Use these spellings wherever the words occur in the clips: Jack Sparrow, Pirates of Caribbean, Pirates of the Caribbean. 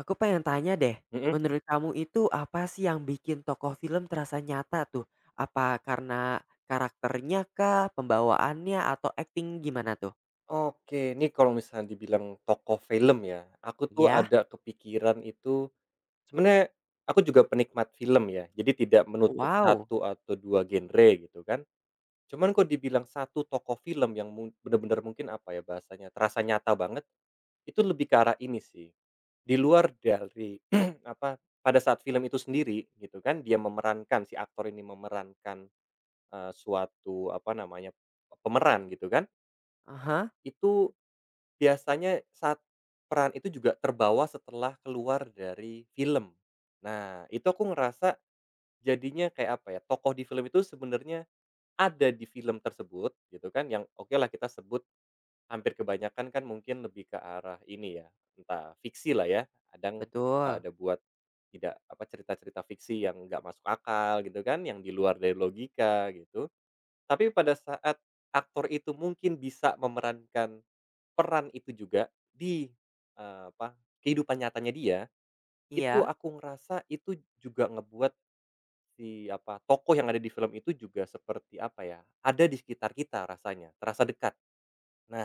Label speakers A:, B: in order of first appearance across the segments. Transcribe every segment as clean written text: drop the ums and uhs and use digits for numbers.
A: Aku pengen tanya deh,
B: Mhm.
A: menurut kamu itu apa sih yang bikin tokoh film terasa nyata tuh? Apa karena karakternya kah, pembawaannya atau acting gimana tuh?
B: Oke, ini kalau misalnya dibilang tokoh film ya, aku tuh
A: Ya,
B: ada kepikiran itu sebenarnya aku juga penikmat film ya, jadi tidak menutup
A: wow,
B: satu atau dua genre gitu kan. Cuman kok dibilang satu tokoh film yang mu bener-bener mungkin apa ya bahasanya, terasa nyata banget, itu lebih ke arah ini sih. Di luar dari apa, pada saat film itu sendiri gitu kan, dia memerankan, si aktor ini memerankan, suatu apa namanya, pemeran gitu kan,
A: aha,
B: itu biasanya saat peran itu juga terbawa setelah keluar dari film. Nah, itu aku ngerasa jadinya kayak apa ya, tokoh di film itu sebenarnya ada di film tersebut gitu kan, yang oke lah kita sebut hampir kebanyakan kan mungkin lebih ke arah ini ya, entah fiksi lah ya, kadang suka
A: betul,
B: ada buat tidak apa, cerita-cerita fiksi yang nggak masuk akal gitu kan, yang di luar dari logika gitu. Tapi pada saat aktor itu mungkin bisa memerankan peran itu juga di, apa, kehidupan nyatanya dia, itu
A: iya,
B: aku ngerasa itu juga ngebuat si, apa, tokoh yang ada di film itu juga seperti, apa ya, ada di sekitar kita rasanya, terasa dekat.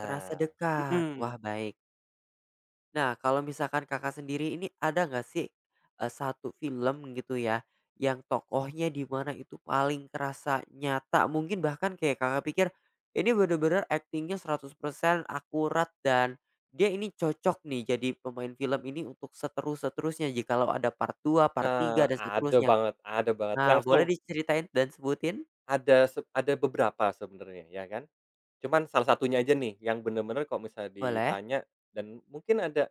A: terasa dekat,
B: mhm,
A: wah baik. Nah, kalau misalkan Kakak sendiri ini ada nggak sih, 1 film gitu ya, yang tokohnya di mana itu paling kerasa nyata, mungkin bahkan kayak Kakak pikir, ini bener-bener aktingnya 100% akurat dan dia ini cocok nih jadi pemain film ini untuk seterus-seterusnya jikalau ada part 2 part 3
B: nah,
A: dan seterusnya.
B: ada banget,
A: Nah,
B: langsung
A: boleh diceritain dan sebutin?
B: ada ada beberapa sebenarnya, ya kan. Cuman salah satunya aja nih yang bener-bener kalau misalnya
A: Boleh?
B: ditanya dan mungkin ada,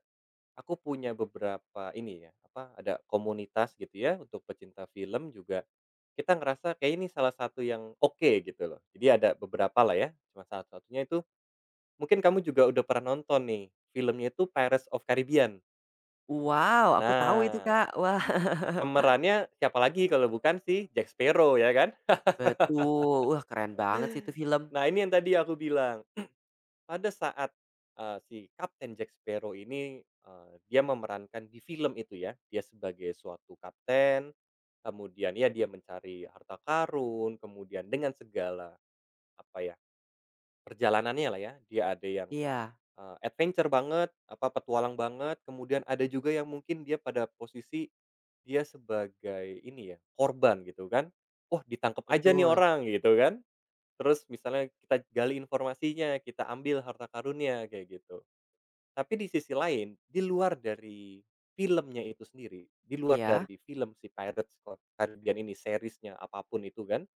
B: aku punya beberapa ini ya, apa, ada komunitas gitu ya untuk pecinta film juga. Kita ngerasa kayak ini salah satu yang oke gitu loh. Jadi ada beberapa lah ya, cuma salah satunya itu mungkin kamu juga udah pernah nonton nih, filmnya itu Pirates of Caribbean.
A: Wow, aku tahu itu,
B: Nah,
A: Kak. Wah.
B: pemerannya siapa lagi kalau bukan si Jack Sparrow ya kan?
A: Betul. Wah, keren banget sih itu film.
B: Nah, ini yang tadi aku bilang, pada saat, si Kapten Jack Sparrow ini, dia memerankan di film itu ya, dia sebagai suatu kapten, kemudian ya dia mencari harta karun, kemudian dengan segala, apa ya, perjalanannya lah ya, dia ada yang,
A: Iya,
B: adventure banget, apa, petualang banget, kemudian ada juga yang mungkin dia pada posisi dia sebagai ini ya, korban gitu kan. Wah, ditangkap aja nih
A: betul.
B: orang gitu kan, terus misalnya kita gali informasinya, kita ambil harta karunnya, kayak gitu. Tapi di sisi lain, di luar dari filmnya itu sendiri, di luar
A: Iya,
B: dari film si Pirates of Caribbean ini, seriesnya apapun itu kan,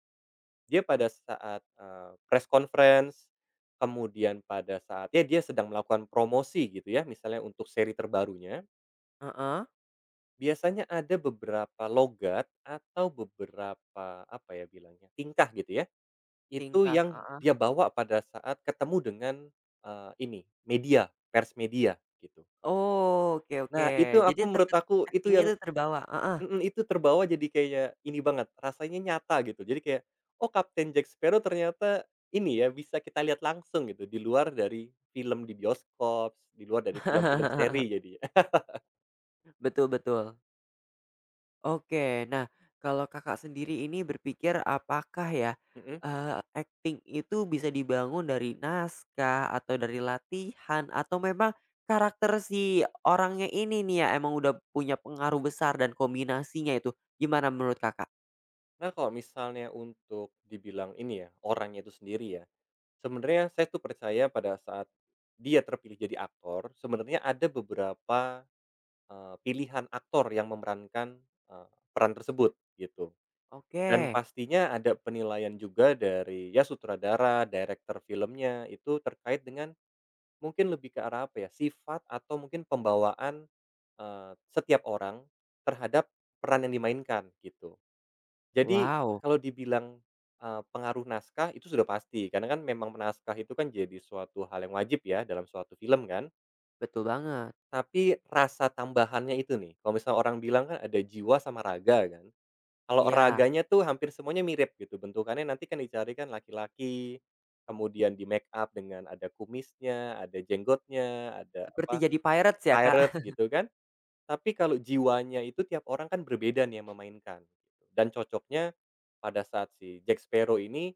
B: dia pada saat, press conference, kemudian pada saat ya dia sedang melakukan promosi gitu ya, misalnya untuk seri terbarunya,
A: heeh,
B: biasanya ada beberapa logat atau beberapa, apa ya bilangnya, tingkah gitu ya, itu
A: tingkah
B: yang
A: heeh.
B: dia bawa pada saat ketemu dengan, ini, media, pers media, gitu.
A: Oh, oke oke.
B: Nah, itu aku,
A: Jadi
B: menurut
A: tebet
B: aku itu
A: aktingnya
B: yang,
A: tuh terbawa, heeh,
B: mhm, itu terbawa jadi kayak ini banget, rasanya nyata gitu. Jadi kayak, oh, Kapten Jack Sparrow ternyata ini ya, bisa kita lihat langsung gitu, di luar dari film di bioskop, di luar dari film-film seri jadinya.
A: betul betul. Oke, nah kalau Kakak sendiri ini berpikir apakah ya,
B: Mhm.
A: akting itu bisa dibangun dari naskah atau dari latihan atau memang karakter si orangnya ini nih ya emang udah punya pengaruh besar dan kombinasinya itu, gimana menurut Kakak?
B: Nah, kalau misalnya untuk dibilang ini ya, orangnya itu sendiri ya, sebenarnya saya tuh percaya pada saat dia terpilih jadi aktor, sebenarnya ada beberapa, pilihan aktor yang memerankan, eee, peran tersebut, gitu. Dan
A: Oke,
B: pastinya ada penilaian juga dari, ya sutradara, direktur filmnya, itu terkait dengan mungkin lebih ke arah apa ya, sifat atau mungkin pembawaan, setiap orang terhadap peran yang dimainkan, gitu. Jadi
A: wow,
B: kalau dibilang, pengaruh naskah itu sudah pasti, karena kan memang naskah itu kan jadi suatu hal yang wajib ya dalam suatu film kan,
A: betul banget.
B: tapi rasa tambahannya itu nih, kalau misalnya orang bilang kan ada jiwa sama raga kan. Kalau
A: Iya,
B: raganya tuh hampir semuanya mirip gitu, bentukannya nanti kan dicari kan laki-laki, kemudian di-make-up dengan ada kumisnya, ada jenggotnya, ada
A: seperti
B: apa,
A: jadi pirates ya,
B: pirates
A: Kak?
B: gitu kan. Tapi kalau jiwanya itu tiap orang kan berbeda nih yang memainkan gitu, dan cocoknya pada saat si Jack Sparrow ini,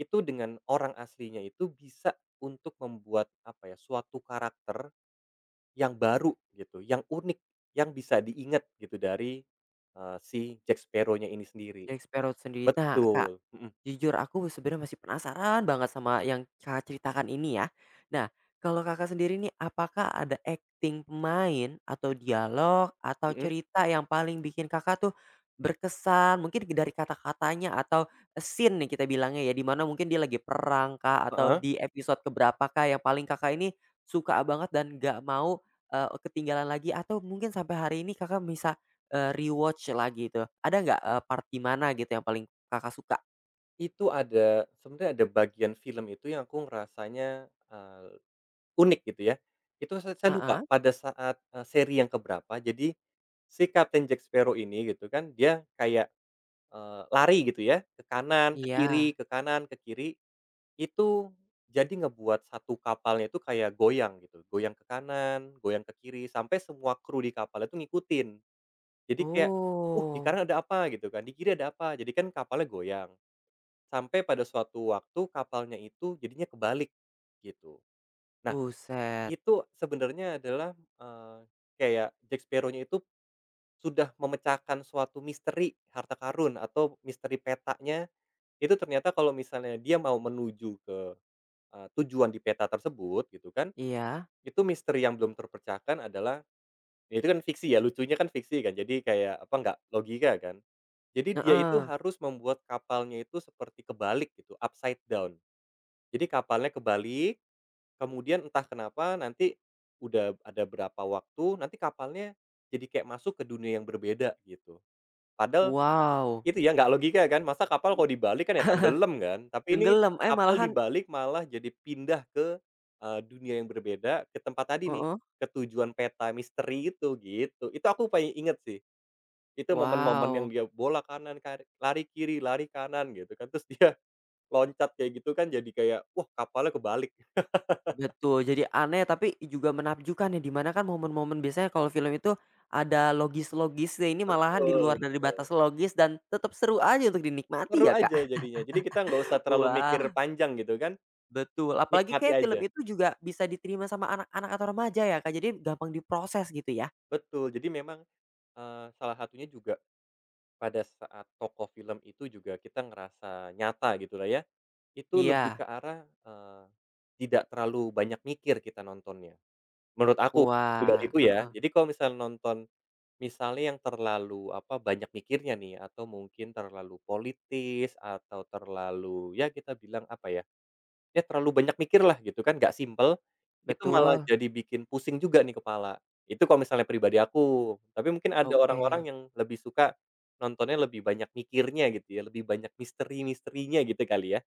B: itu dengan orang aslinya itu bisa untuk membuat apa ya, suatu karakter yang baru gitu, yang unik, yang bisa diingat gitu dari, si Jack Sparrow-nya ini sendiri.
A: Jack Sparrow sendiri. Nah, Kak,
B: Betul, mhm.
A: jujur aku sebenarnya masih penasaran banget sama yang Kakak ceritakan ini ya. Nah, kalau Kakak sendiri nih apakah ada acting pemain atau dialog atau
B: Mhm,
A: cerita yang paling bikin Kakak tuh berkesan? Mungkin dari kata-katanya atau scene nih kita bilangnya ya di mana mungkin dia lagi perang Kak atau
B: heeh,
A: di episode keberapa Kak yang paling Kakak ini suka banget dan gak mau, ketinggalan lagi atau mungkin sampai hari ini Kakak bisa rewatch lagi itu. Ada nggak, part di mana gitu yang paling Kakak suka?
B: itu ada, sebenarnya ada bagian film itu yang aku ngerasanya, unik gitu ya. Itu saya lupa
A: Heeh,
B: pada saat, seri yang keberapa jadi, si Kapten Jack Sparrow ini gitu kan dia kayak, lari gitu ya ke kanan, ke kiri,
A: iya.
B: ke kanan, ke kiri, itu jadi ngebuat satu kapalnya itu kayak goyang gitu, goyang ke kanan, goyang ke kiri, sampai semua kru di kapal itu ngikutin. Jadi kayak, di
A: Oh,
B: kanan ada apa?" Gitu kan, "Di kiri ada apa?" Jadi kan kapalnya goyang, sampai pada suatu waktu kapalnya itu jadinya kebalik, gitu. Nah,
A: buset.
B: itu sebenarnya adalah, eee, kayak Jack Sparrow-nya itu sudah memecahkan suatu misteri harta karun atau misteri petanya. Itu ternyata kalau misalnya dia mau menuju ke, tujuan di peta tersebut gitu kan,
A: Iya,
B: itu misteri yang belum terpecahkan adalah ya itu kan fiksi ya, lucunya kan fiksi kan, jadi kayak apa, nggak logika kan. Jadi dia itu
A: heeh.
B: harus membuat kapalnya itu seperti kebalik gitu, upside down. Jadi kapalnya kebalik, kemudian entah kenapa nanti udah ada berapa waktu, nanti kapalnya jadi kayak masuk ke dunia yang berbeda gitu. Padahal
A: Wow.
B: itu ya nggak logika kan, masa kapal kalau dibalik kan ya tenggelam kan, tapi ini
A: Tenggelam, eh,
B: kapal
A: malahan
B: dibalik malah jadi pindah ke, dunia yang berbeda, ke tempat tadi nih,
A: heeh,
B: ke tujuan peta misteri itu, gitu. Itu aku paling inget sih. Itu momen-momen yang
A: wow,
B: dia bola kanan, lari kiri, lari kanan gitu kan, terus dia loncat kayak gitu kan jadi kayak, wah kapalnya kebalik.
A: betul. Jadi aneh tapi juga menakjubkan ya, di mana kan momen-momen biasanya kalau film itu ada logis-logisnya, ini malahan di
B: Betul
A: luar dari
B: betul.
A: batas logis dan tetap seru aja untuk dinikmati
B: Seru
A: ya,
B: aja
A: Kak.
B: jadinya, jadi kita nggak usah terlalu mikir
A: Wah.
B: panjang gitu kan,
A: Betul, apalagi
B: nikmati
A: kayak film
B: aja.
A: itu juga bisa diterima sama anak-anak atau remaja ya, Kak, jadi gampang diproses gitu ya?
B: Betul, jadi memang, salah satunya juga pada saat tokoh film itu juga kita ngerasa nyata gitulah ya, itu lebih
A: Iya,
B: ke arah, tidak terlalu banyak mikir kita nontonnya, menurut aku,
A: wah,
B: pribadiku ya.
A: heeh,
B: Jadi kalau misalnya nonton misalnya yang terlalu, apa, banyak mikirnya nih atau mungkin terlalu politis atau terlalu, ya kita bilang apa ya, ya terlalu banyak mikir lah gitu kan, nggak simple, itu malah
A: betul,
B: jadi bikin pusing juga nih kepala. Itu kalau misalnya pribadi aku, tapi mungkin ada orang-orang
A: oke.
B: yang lebih suka nontonnya lebih banyak mikirnya gitu ya, lebih banyak misteri-misterinya gitu kali ya.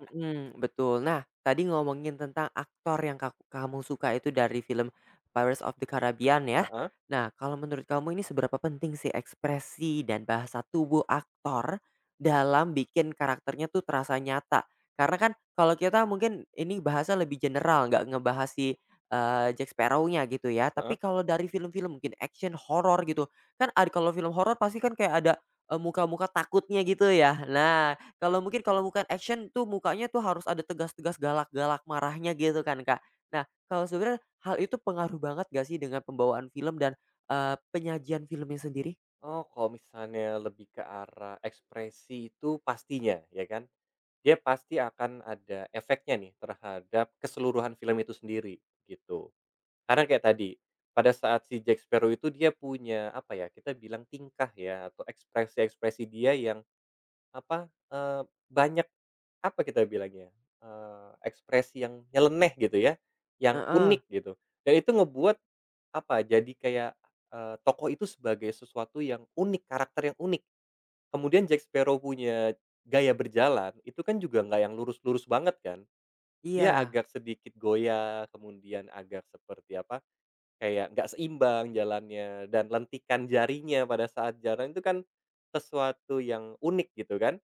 A: Mhm, betul. Nah, tadi ngomongin tentang aktor yang kak kamu suka itu dari film Pirates of the Caribbean ya.
B: Heeh.
A: Nah, kalau menurut kamu ini seberapa penting sih ekspresi dan bahasa tubuh aktor dalam bikin karakternya tuh terasa nyata? Karena kan kalau kita mungkin ini bahasa lebih general, nggak ngebahas si, Jack Sparrow-nya gitu ya.
B: Heeh.
A: Tapi kalau dari film-film mungkin action, horor gitu, kan ad kalau film horor pasti kan kayak ada, muka-muka takutnya gitu ya. Nah, kalau mungkin kalau bukan action tuh mukanya tuh harus ada tegas-tegas, galak-galak marahnya gitu kan, Kak. Nah, kalau sebenarnya hal itu pengaruh banget gak sih dengan pembawaan film dan, penyajian filmnya sendiri?
B: Oh, kalau misalnya lebih ke arah ekspresi itu pastinya, ya kan. Dia pasti akan ada efeknya nih terhadap keseluruhan film itu sendiri, gitu. Karena kayak tadi, pada saat si Jack Sparrow itu dia punya, apa ya, kita bilang tingkah ya, atau ekspresi-ekspresi dia yang, apa, banyak, apa kita bilangnya, ekspresi yang nyeleneh gitu ya, yang
A: Heeh,
B: unik gitu. Dan itu ngebuat, apa, jadi kayak, tokoh itu sebagai sesuatu yang unik, karakter yang unik. Kemudian Jack Sparrow punya gaya berjalan, itu kan juga nggak yang lurus-lurus banget kan. Dia
A: iya,
B: agak sedikit goyah, kemudian agak seperti apa, kayak nggak seimbang jalannya, dan lentikan jarinya pada saat jalan itu kan sesuatu yang unik gitu kan.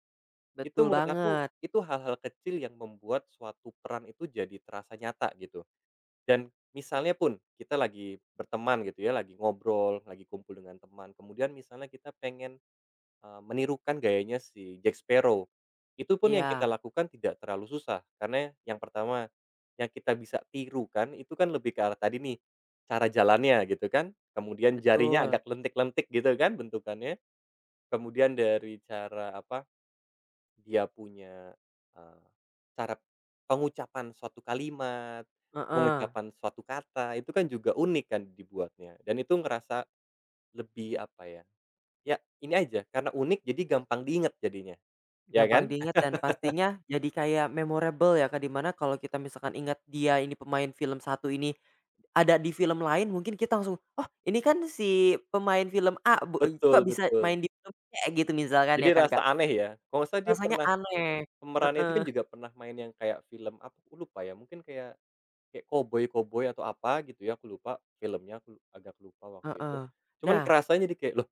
B: Itu
A: betul
B: menurut aku,
A: banget.
B: itu hal-hal kecil yang membuat suatu peran itu jadi terasa nyata gitu. Dan misalnya pun kita lagi berteman gitu ya, lagi ngobrol, lagi kumpul dengan teman, kemudian misalnya kita pengen, eee, menirukan gayanya si Jack Sparrow. Itu pun yang kita
A: Iya,
B: lakukan tidak terlalu susah, karena yang pertama, yang kita bisa tirukan itu kan lebih ke arah tadi nih, cara jalannya gitu kan, kemudian jarinya
A: betul,
B: agak lentik-lentik gitu kan bentukannya, kemudian dari cara apa, dia punya, eee, cara pengucapan suatu kalimat,
A: heeh.
B: pengucapan suatu kata, itu kan juga unik kan dibuatnya, dan itu ngerasa lebih apa ya, ya ini aja, karena unik jadi gampang diingat jadinya. Ya
A: Gampang
B: kan?
A: diingat dan pastinya jadi kayak memorable ya Kak, dimana kalau kita misalkan ingat dia ini pemain film satu ini, ada di film lain mungkin kita langsung, "Oh ini kan si pemain film A bu eh, kok
B: Betul
A: bisa
B: betul.
A: main di film C?" Gitu misalkan
B: Jadi
A: ya kan
B: rasa
A: Kak,
B: aneh ya? Kalau nggak salah dia
A: rasanya
B: pernah,
A: aneh.
B: pemerannya itu
A: Heeh
B: kan juga pernah main yang kayak film apa aku lupa ya, mungkin kayak kayak koboi-koboi atau apa gitu ya, aku lupa filmnya, aku agak lupa waktu itu.
A: heeh.
B: Cuman
A: Nah,
B: kerasanya jadi kayak, loh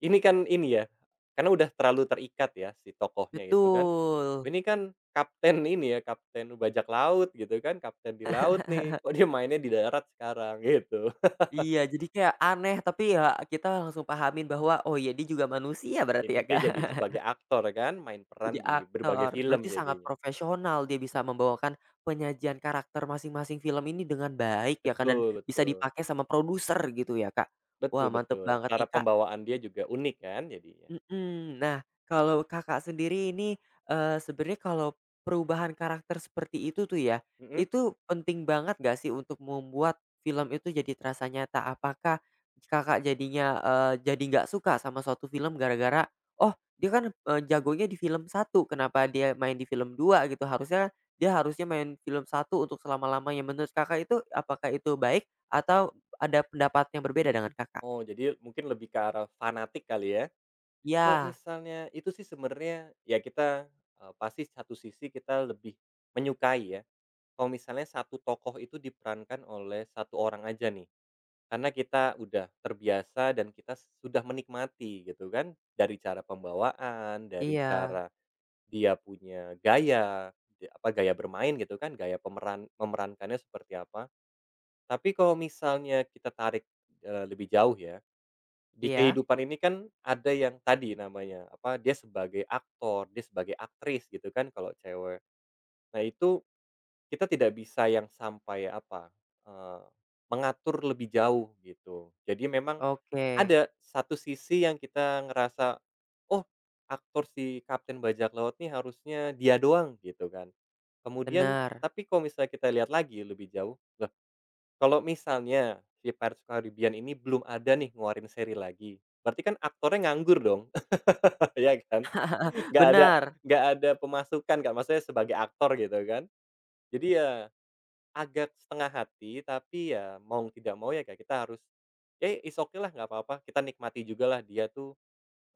B: ini kan ini ya, karena udah terlalu terikat ya si tokohnya itu kan.
A: betul.
B: Ini kan kapten ini ya, kapten bajak laut gitu kan, kapten di laut nih, kok dia mainnya di darat sekarang gitu.
A: Iya jadi kayak aneh tapi ya kita langsung pahamin bahwa, oh ya dia juga manusia berarti
B: Ini
A: ya
B: dia jadi
A: Kak.
B: sebagai aktor kan, main peran
A: Jadi
B: di berbagai
A: aktor,
B: film
A: berarti sangat
B: jadinya.
A: profesional dia bisa membawakan penyajian karakter masing-masing film ini dengan baik ya kan dan
B: Betul
A: bisa
B: betul.
A: dipakai sama produser gitu ya Kak.
B: Betul
A: Wah mantep
B: betul.
A: banget
B: Cara
A: nih Kak.
B: pembawaan dia juga unik kan jadinya.
A: Mhm. Nah, kalau Kakak sendiri ini, sebenarnya kalau perubahan karakter seperti itu tuh ya,
B: Mhm.
A: itu penting banget nggak sih untuk membuat film itu jadi terasa nyata? Apakah Kakak jadinya, jadi nggak suka sama suatu film gara-gara, "Oh, dia kan, jagonya di film satu kenapa dia main di film 2 Gitu. Harusnya dia harusnya main film satu untuk selama-lamanya. Menurut Kakak itu apakah itu baik atau ada pendapat yang berbeda dengan Kakak?
B: Oh, jadi mungkin lebih ke arah fanatik kali ya. Kalau
A: Ya
B: misalnya itu sih sebenarnya ya kita, pasti satu sisi kita lebih menyukai ya, kalau misalnya satu tokoh itu diperankan oleh satu orang aja nih. Karena kita udah terbiasa dan kita sudah menikmati gitu kan, dari cara pembawaan, dari
A: Iya.
B: cara dia punya gaya, apa, gaya bermain gitu kan, gaya pemeran memerankannya seperti apa. Tapi kalau misalnya kita tarik, lebih jauh ya, di
A: Iya.
B: kehidupan ini kan ada yang tadi namanya, apa, dia sebagai aktor, dia sebagai aktris gitu kan kalau cewek. Nah itu kita tidak bisa yang sampai, apa, eee, mengatur lebih jauh gitu. Jadi memang
A: Oke,
B: ada, satu sisi yang kita ngerasa, "Oh, aktor si Kapten Bajak Laut nih harusnya dia doang," gitu kan. Kemudian
A: benar.
B: tapi kalau misalnya kita lihat lagi lebih jauh, loh, kalau misalnya si Pirates of Caribbean ini belum ada nih ngeluarin seri lagi, berarti kan aktornya nganggur dong, ya kan? Nggak ada
A: Benar,
B: nggak ada pemasukan kan, maksudnya sebagai aktor gitu kan. Jadi ya agak setengah hati, tapi ya mau tidak mau ya kayak kita harus, ya it's okay lah, nggak apa-apa, kita nikmati juga lah dia tuh,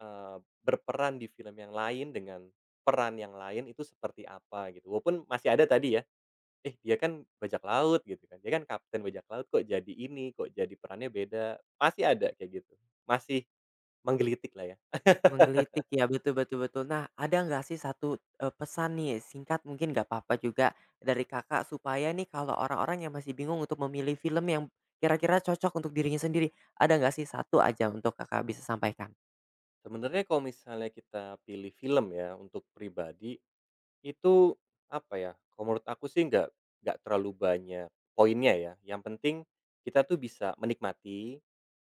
B: eee, berperan di film yang lain dengan peran yang lain itu seperti apa gitu, walaupun masih ada tadi ya, "Eh, dia kan bajak laut," gitu kan, "Dia kan kapten bajak laut kok jadi ini, kok jadi perannya beda." Pasti ada kayak gitu, masih menggelitik lah ya.
A: menggelitik ya, betul betul betul. Nah, ada nggak sih satu, pesan nih singkat mungkin nggak apa-apa juga dari Kakak supaya nih kalau orang-orang yang masih bingung untuk memilih film yang kira-kira cocok untuk dirinya sendiri, ada nggak sih satu aja untuk Kakak bisa sampaikan?
B: Sebenarnya kalau misalnya kita pilih film ya untuk pribadi, itu apa ya, kalau menurut aku sih nggak terlalu banyak poinnya ya, yang penting kita tuh bisa menikmati.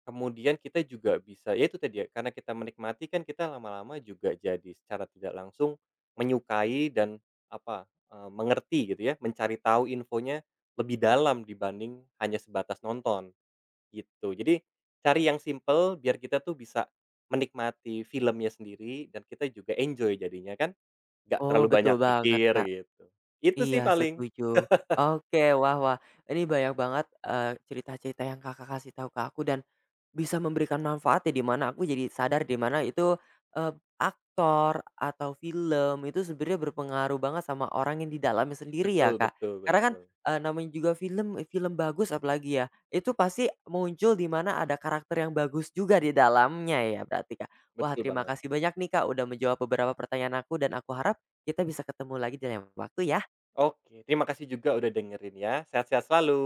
B: Kemudian kita juga bisa ya itu tadi ya, karena kita menikmati kan kita lama-lama juga jadi secara tidak langsung menyukai dan apa, mengerti gitu ya, mencari tahu infonya lebih dalam dibanding hanya sebatas nonton, gitu. Jadi cari yang simple biar kita tuh bisa menikmati filmnya sendiri dan kita juga enjoy jadinya kan, nggak
A: Oh,
B: terlalu banyak
A: betul banget,
B: pikir
A: Kak.
B: gitu. Itu sih
A: Iya
B: paling.
A: setuju. Oke, wah wah, ini banyak banget, cerita-cerita yang Kakak kasih tahu ke aku dan bisa memberikan manfaat ya, di mana aku jadi sadar di mana itu, eee, aktor atau film itu sebenarnya berpengaruh banget sama orang yang di dalamnya sendiri ya,
B: Betul
A: Kak.
B: betul
A: Karena kan,
B: betul.
A: namanya juga film film bagus apalagi ya, itu pasti muncul di mana ada karakter yang bagus juga di dalamnya ya berarti, Kak. Wah
B: Betul
A: terima
B: banget.
A: kasih banyak nih, Kak, udah menjawab beberapa pertanyaan aku dan aku harap kita bisa ketemu lagi di lain waktu ya.
B: Oke, terima kasih juga udah dengerin ya. Sehat-sehat selalu.